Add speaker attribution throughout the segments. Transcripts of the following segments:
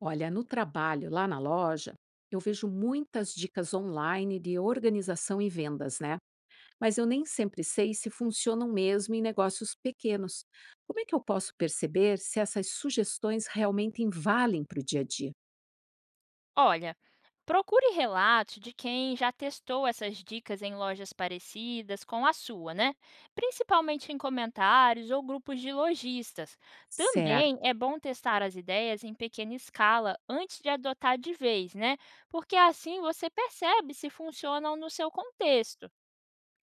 Speaker 1: Olha, no trabalho, lá na loja, eu vejo muitas dicas online de organização e vendas, né? Mas eu nem sempre sei se funcionam mesmo em negócios pequenos. Como é que eu posso perceber se essas sugestões realmente valem para o dia a dia?
Speaker 2: Olha, procure relatos de quem já testou essas dicas em lojas parecidas com a sua, né? Principalmente em comentários ou grupos de lojistas. Também
Speaker 1: Certo.
Speaker 2: é bom testar as ideias em pequena escala antes de adotar de vez, né? Porque assim você percebe se funcionam no seu contexto.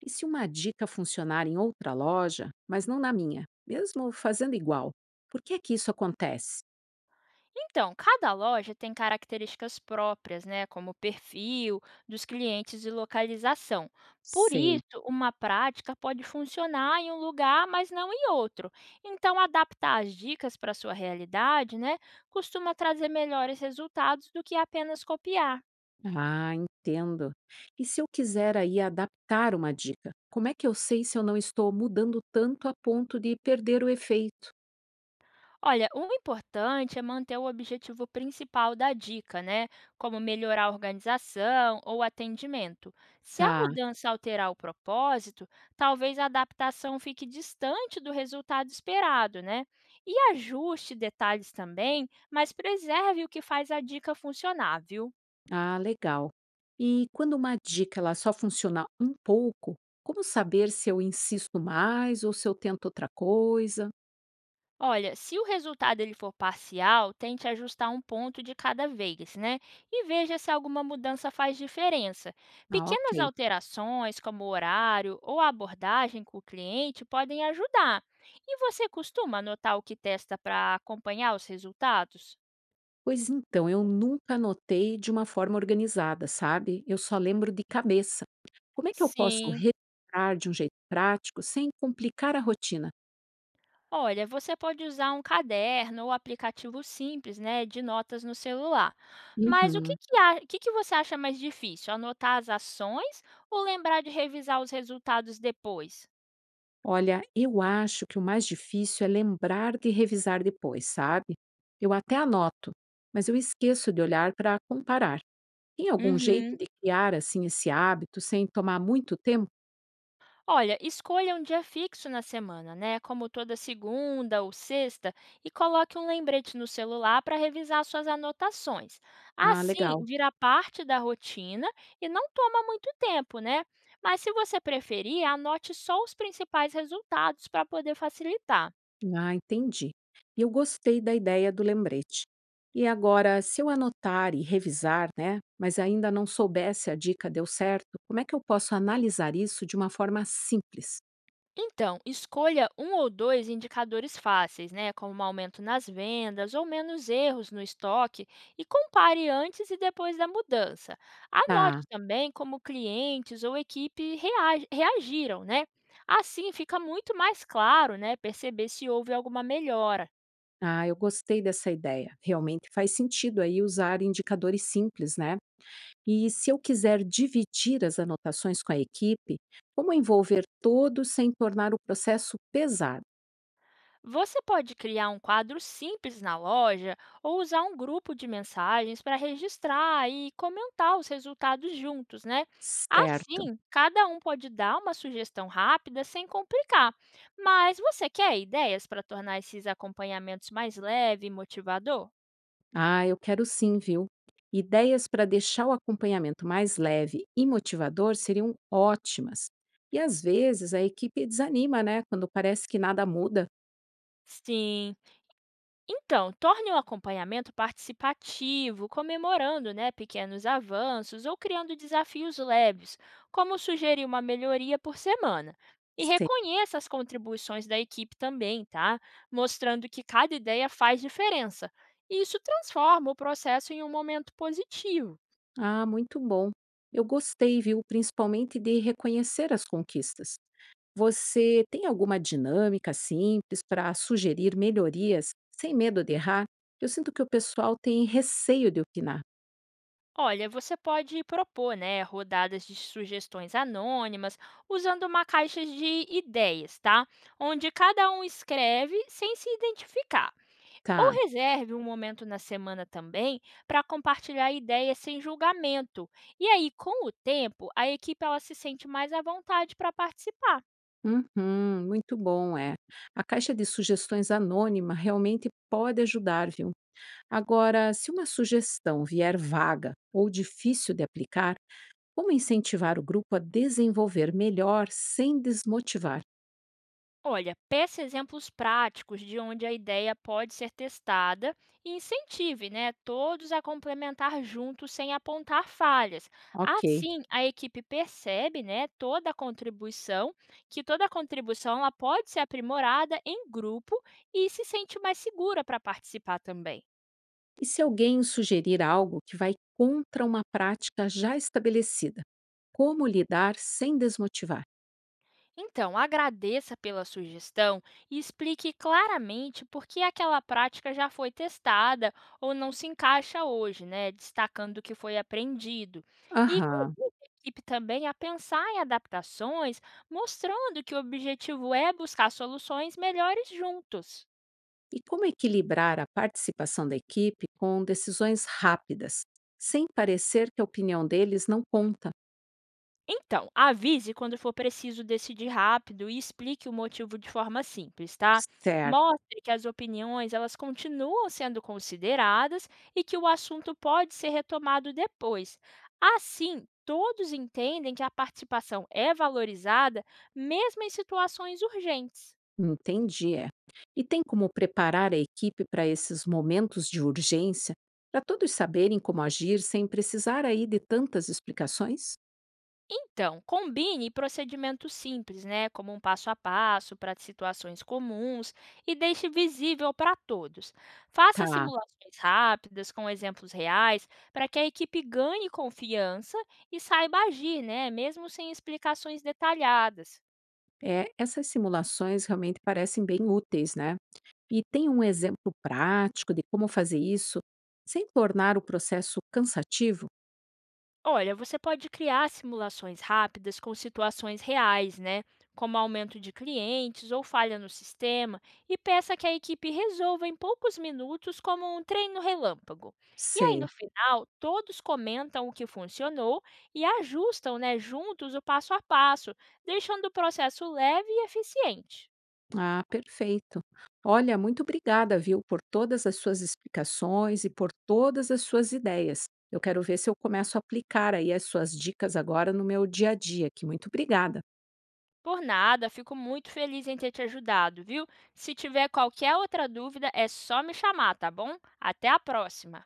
Speaker 1: E se uma dica funcionar em outra loja, mas não na minha, mesmo fazendo igual? Por que é que isso acontece?
Speaker 2: Então, cada loja tem características próprias, né, como perfil dos clientes e localização. Por
Speaker 1: Sei.
Speaker 2: isso, uma prática pode funcionar em um lugar, mas não em outro. Então, adaptar as dicas para a sua realidade, né, costuma trazer melhores resultados do que apenas copiar.
Speaker 1: Ah, entendo. E se eu quiser aí adaptar uma dica, como é que eu sei se eu não estou mudando tanto a ponto de perder o efeito?
Speaker 2: Olha, o importante é manter o objetivo principal da dica, né? Como melhorar a organização ou atendimento. Se a
Speaker 1: Tá.
Speaker 2: mudança alterar o propósito, talvez a adaptação fique distante do resultado esperado, né? E ajuste detalhes também, mas preserve o que faz a dica funcionar, viu?
Speaker 1: Ah, legal. E quando uma dica ela só funciona um pouco, como saber se eu insisto mais ou se eu tento outra coisa?
Speaker 2: Olha, se o resultado ele for parcial, tente ajustar um ponto de cada vez, né? E veja se alguma mudança faz diferença.
Speaker 1: Ah,
Speaker 2: Pequenas
Speaker 1: ok.
Speaker 2: alterações, como o horário ou a abordagem com o cliente, podem ajudar. E você costuma anotar o que testa para acompanhar os resultados?
Speaker 1: Pois então, eu nunca anotei de uma forma organizada, sabe? Eu só lembro de cabeça. Como é que eu posso
Speaker 2: Sim.
Speaker 1: registrar de um jeito prático sem complicar a rotina?
Speaker 2: Olha, você pode usar um caderno ou aplicativo simples, né, de notas no celular. Mas
Speaker 1: Uhum.
Speaker 2: o que que você acha mais difícil? Anotar as ações ou lembrar de revisar os resultados depois?
Speaker 1: Olha, eu acho que o mais difícil é lembrar de revisar depois, sabe? Eu até anoto, mas eu esqueço de olhar para comparar. Tem algum jeito
Speaker 2: Uhum.
Speaker 1: de criar assim esse hábito sem tomar muito tempo?
Speaker 2: Olha, escolha um dia fixo na semana, né? Como toda segunda ou sexta, e coloque um lembrete no celular para revisar suas anotações.
Speaker 1: Ah,
Speaker 2: Assim,
Speaker 1: legal.
Speaker 2: vira parte da rotina e não toma muito tempo, né? Mas se você preferir, anote só os principais resultados para poder facilitar.
Speaker 1: Ah, entendi. E eu gostei da ideia do lembrete. E agora, se eu anotar e revisar, né, mas ainda não soubesse a dica deu certo, como é que eu posso analisar isso de uma forma simples?
Speaker 2: Então, escolha um ou dois indicadores fáceis, né, como um aumento nas vendas ou menos erros no estoque, e compare antes e depois da mudança.
Speaker 1: Tá.
Speaker 2: Anote também como clientes ou equipe reagiram, né? Assim fica muito mais claro, né, perceber se houve alguma melhora.
Speaker 1: Ah, eu gostei dessa ideia. Realmente faz sentido aí usar indicadores simples, né? E se eu quiser dividir as anotações com a equipe, como envolver todos sem tornar o processo pesado?
Speaker 2: Você pode criar um quadro simples na loja ou usar um grupo de mensagens para registrar e comentar os resultados juntos, né?
Speaker 1: Certo.
Speaker 2: Assim, cada um pode dar uma sugestão rápida sem complicar. Mas você quer ideias para tornar esses acompanhamentos mais leve e motivador?
Speaker 1: Ah, eu quero sim, viu? Ideias para deixar o acompanhamento mais leve e motivador seriam ótimas. E às vezes a equipe desanima, né? Quando parece que nada muda.
Speaker 2: Sim. Então, torne o acompanhamento participativo, comemorando né, pequenos avanços ou criando desafios leves, como sugerir uma melhoria por semana. E reconheça as contribuições da equipe também, tá? Mostrando que cada ideia faz diferença. E isso transforma o processo em um momento positivo.
Speaker 1: Ah, muito bom. Eu gostei, viu? Principalmente de reconhecer as conquistas. Você tem alguma dinâmica simples para sugerir melhorias sem medo de errar? Eu sinto que o pessoal tem receio de opinar.
Speaker 2: Olha, você pode propor, né, rodadas de sugestões anônimas, usando uma caixa de ideias, tá? Onde cada um escreve sem se identificar. Ou
Speaker 1: Tá.
Speaker 2: reserve um momento na semana também para compartilhar ideias sem julgamento. E aí, com o tempo, a equipe ela se sente mais à vontade para participar.
Speaker 1: Uhum, muito bom, é. A caixa de sugestões anônima realmente pode ajudar, viu? Agora, se uma sugestão vier vaga ou difícil de aplicar, como incentivar o grupo a desenvolver melhor sem desmotivar?
Speaker 2: Olha, peça exemplos práticos de onde a ideia pode ser testada e incentive né, todos a complementar juntos sem apontar falhas.
Speaker 1: Ok.
Speaker 2: Assim, a equipe percebe né, toda a contribuição ela pode ser aprimorada em grupo e se sente mais segura para participar também.
Speaker 1: E se alguém sugerir algo que vai contra uma prática já estabelecida, como lidar sem desmotivar?
Speaker 2: Então, agradeça pela sugestão e explique claramente por que aquela prática já foi testada ou não se encaixa hoje, né? Destacando o que foi aprendido. E convide
Speaker 1: Aham.
Speaker 2: a equipe também a pensar em adaptações, mostrando que o objetivo é buscar soluções melhores juntos.
Speaker 1: E como equilibrar a participação da equipe com decisões rápidas, sem parecer que a opinião deles não conta?
Speaker 2: Então, avise quando for preciso decidir rápido e explique o motivo de forma simples, tá?
Speaker 1: Certo,
Speaker 2: Mostre que as opiniões elas continuam sendo consideradas e que o assunto pode ser retomado depois. Assim, todos entendem que a participação é valorizada mesmo em situações urgentes.
Speaker 1: entendi. É. E tem como preparar a equipe para esses momentos de urgência, para todos saberem como agir sem precisar aí de tantas explicações?
Speaker 2: Então, combine procedimentos simples, né, como um passo a passo para situações comuns e deixe visível para todos. Faça
Speaker 1: Tá.
Speaker 2: simulações rápidas com exemplos reais para que a equipe ganhe confiança e saiba agir, né, mesmo sem explicações detalhadas.
Speaker 1: É, essas simulações realmente parecem bem úteis, né? E tem um exemplo prático de como fazer isso sem tornar o processo cansativo?
Speaker 2: Olha, você pode criar simulações rápidas com situações reais, né? Como aumento de clientes ou falha no sistema, e peça que a equipe resolva em poucos minutos, como um treino relâmpago. E aí,
Speaker 1: Sei.
Speaker 2: no final, todos comentam o que funcionou e ajustam né, juntos o passo a passo, deixando o processo leve e eficiente.
Speaker 1: Ah, perfeito. Olha, muito obrigada, viu, por todas as suas explicações e por todas as suas ideias. Eu quero ver se eu começo a aplicar aí as suas dicas agora no meu dia a dia aqui. Muito obrigada.
Speaker 2: Por nada, fico muito feliz em ter te ajudado, viu? Se tiver qualquer outra dúvida, é só me chamar, tá bom? Até a próxima!